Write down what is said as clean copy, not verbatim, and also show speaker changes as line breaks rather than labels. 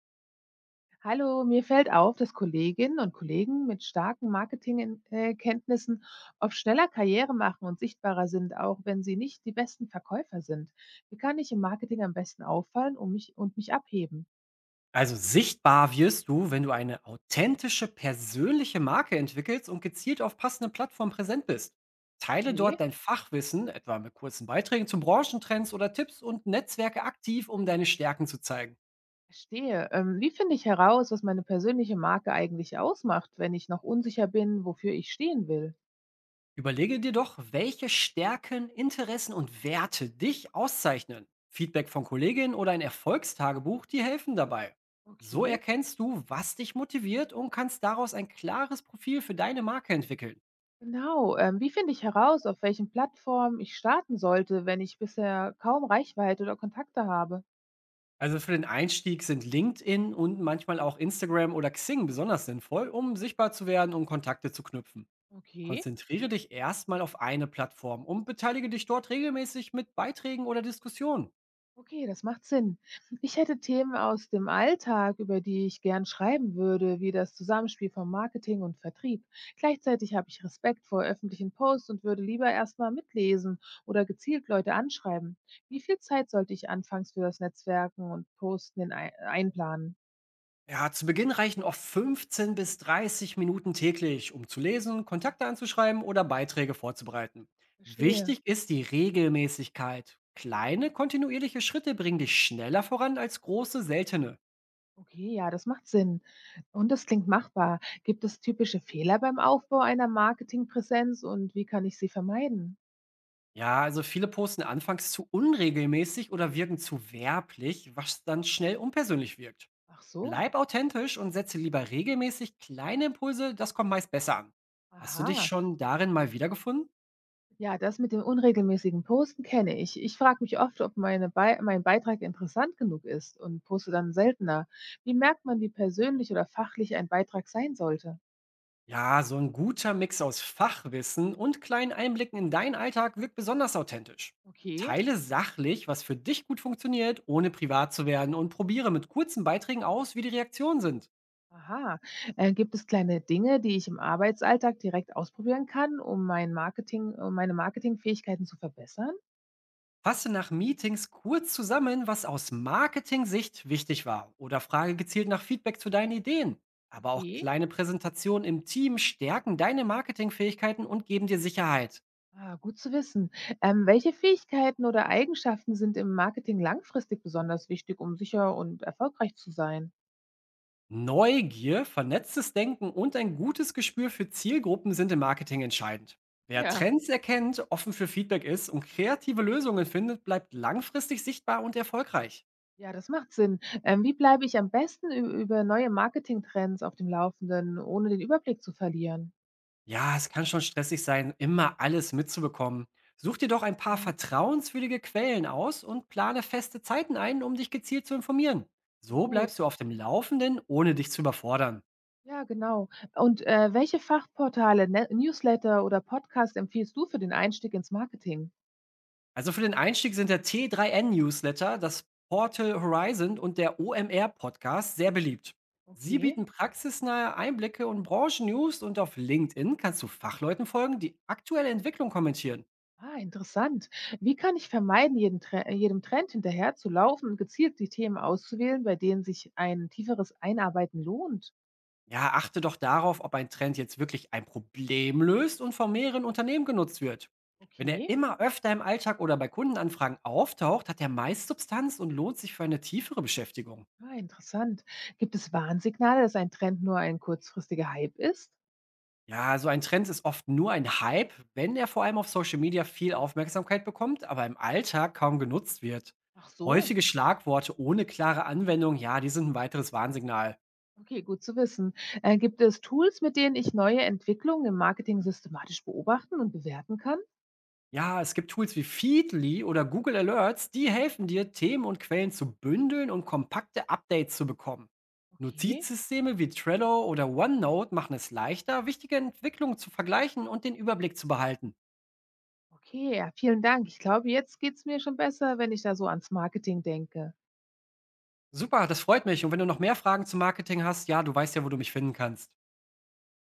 Hallo, mir fällt auf, dass Kolleginnen und Kollegen mit starken Marketingkenntnissen oft schneller Karriere machen und sichtbarer sind, auch wenn sie nicht die besten Verkäufer sind. Wie kann ich im Marketing am besten auffallen und mich abheben?
Also sichtbar wirst du, wenn du eine authentische, persönliche Marke entwickelst und gezielt auf passenden Plattformen präsent bist. Teile dort
Okay,
dein Fachwissen, etwa mit kurzen Beiträgen zu Branchentrends oder Tipps und Netzwerke aktiv, um deine Stärken zu zeigen.
verstehe. Wie finde ich heraus, was meine persönliche Marke eigentlich ausmacht, wenn ich noch unsicher bin, wofür ich stehen will?
Überlege dir doch, welche Stärken, Interessen und Werte dich auszeichnen. Feedback von Kolleginnen oder ein Erfolgstagebuch, die helfen dabei. So
Okay.
erkennst du, was dich motiviert und kannst daraus ein klares Profil für deine Marke entwickeln.
Genau, wie finde ich heraus, auf welchen Plattformen ich starten sollte, wenn ich bisher kaum Reichweite oder Kontakte habe?
Also für den Einstieg sind LinkedIn und manchmal auch Instagram oder Xing besonders sinnvoll, um sichtbar zu werden und Kontakte zu knüpfen.
Okay.
Konzentriere dich erstmal auf eine Plattform und beteilige dich dort regelmäßig mit Beiträgen oder Diskussionen.
Okay, das macht Sinn. Ich hätte Themen aus dem Alltag, über die ich gern schreiben würde, wie das Zusammenspiel von Marketing und Vertrieb. Gleichzeitig habe ich Respekt vor öffentlichen Posts und würde lieber erstmal mitlesen oder gezielt Leute anschreiben. Wie viel Zeit sollte ich anfangs für das Netzwerken und Posten in einplanen?
Ja, zu Beginn reichen oft 15 bis 30 Minuten täglich, um zu lesen, Kontakte anzuschreiben oder Beiträge vorzubereiten.
Verstehe.
Wichtig ist die Regelmäßigkeit. Kleine, kontinuierliche Schritte bringen dich schneller voran als große, seltene.
Okay, ja, das macht Sinn. Und das klingt machbar. Gibt es typische Fehler beim Aufbau einer Marketingpräsenz und wie kann ich sie vermeiden?
Ja, also viele posten anfangs zu unregelmäßig oder wirken zu werblich, was dann schnell unpersönlich wirkt.
Ach so.
Bleib authentisch und setze lieber regelmäßig kleine Impulse, das kommt meist besser an. Hast du dich
Aha.
schon darin mal wiedergefunden?
Ja, das mit dem unregelmäßigen Posten kenne ich. Ich frage mich oft, ob mein Beitrag interessant genug ist und poste dann seltener. Wie merkt man, wie persönlich oder fachlich ein Beitrag sein sollte?
Ja, so ein guter Mix aus Fachwissen und kleinen Einblicken in deinen Alltag wirkt besonders authentisch.
Okay,
Teile sachlich, was für dich gut funktioniert, ohne privat zu werden und probiere mit kurzen Beiträgen aus, wie die Reaktionen sind.
aha. Gibt es kleine Dinge, die ich im Arbeitsalltag direkt ausprobieren kann, um um meine Marketingfähigkeiten zu verbessern?
Fasse nach Meetings kurz zusammen, was aus Marketing-Sicht wichtig war oder frage gezielt nach Feedback zu deinen Ideen. Aber auch
Okay.
kleine Präsentationen im Team stärken deine Marketingfähigkeiten und geben dir Sicherheit.
Ah, gut zu wissen. Welche Fähigkeiten oder Eigenschaften sind im Marketing langfristig besonders wichtig, um sicher und erfolgreich zu sein?
Neugier, vernetztes Denken und ein gutes Gespür für Zielgruppen sind im Marketing entscheidend. Wer
Ja.
Trends erkennt, offen für Feedback ist und kreative Lösungen findet, bleibt langfristig sichtbar und erfolgreich.
Ja, das macht Sinn. Wie bleibe ich am besten ü über neue Marketingtrends auf dem Laufenden, ohne den Überblick zu verlieren?
Ja, es kann schon stressig sein, immer alles mitzubekommen. Such dir doch ein paar
Mhm.
vertrauenswürdige Quellen aus und plane feste Zeiten ein, um dich gezielt zu informieren.
Klingt
So bleibst
gut.
du auf dem Laufenden, ohne dich zu überfordern.
Ja, genau. Und, welche Fachportale, Newsletter oder Podcast empfiehlst du für den Einstieg ins Marketing?
Also für den Einstieg sind der T3N-Newsletter, das Portal Horizon und der OMR-Podcast sehr beliebt. Sie
Okay.
bieten praxisnahe Einblicke und Branchennews und auf LinkedIn kannst du Fachleuten folgen, die aktuelle Entwicklung kommentieren.
Ah, interessant. Wie kann ich vermeiden, jeden Tre jedem Trend hinterher zu laufen und gezielt die Themen auszuwählen, bei denen sich ein tieferes Einarbeiten lohnt?
Ja, achte doch darauf, ob ein Trend jetzt wirklich ein Problem löst und von mehreren Unternehmen genutzt wird. Wenn er
Okay.
immer öfter im Alltag oder bei Kundenanfragen auftaucht, hat er meist Substanz und lohnt sich für eine tiefere Beschäftigung.
Ah, interessant. Gibt es Warnsignale, dass ein Trend nur ein kurzfristiger Hype ist?
Ja, so ein Trend ist oft nur ein Hype, wenn er vor allem auf Social Media viel Aufmerksamkeit bekommt, aber im Alltag kaum genutzt wird.
Ach so,
Häufige Schlagworte ohne klare Anwendung, ja, die sind ein weiteres Warnsignal.
okay, gut zu wissen. Gibt es Tools, mit denen ich neue Entwicklungen im Marketing systematisch beobachten und bewerten kann?
Ja, es gibt Tools wie Feedly oder Google Alerts, die helfen dir, Themen und Quellen zu bündeln und kompakte Updates zu bekommen.
Okay,
Notizsysteme wie Trello oder OneNote machen es leichter, wichtige Entwicklungen zu vergleichen und den Überblick zu behalten.
okay, ja, vielen Dank. Ich glaube, jetzt geht's mir schon besser, wenn ich da so ans Marketing denke.
Super, das freut mich. Und wenn du noch mehr Fragen zum Marketing hast, ja, du weißt ja, wo du mich finden kannst.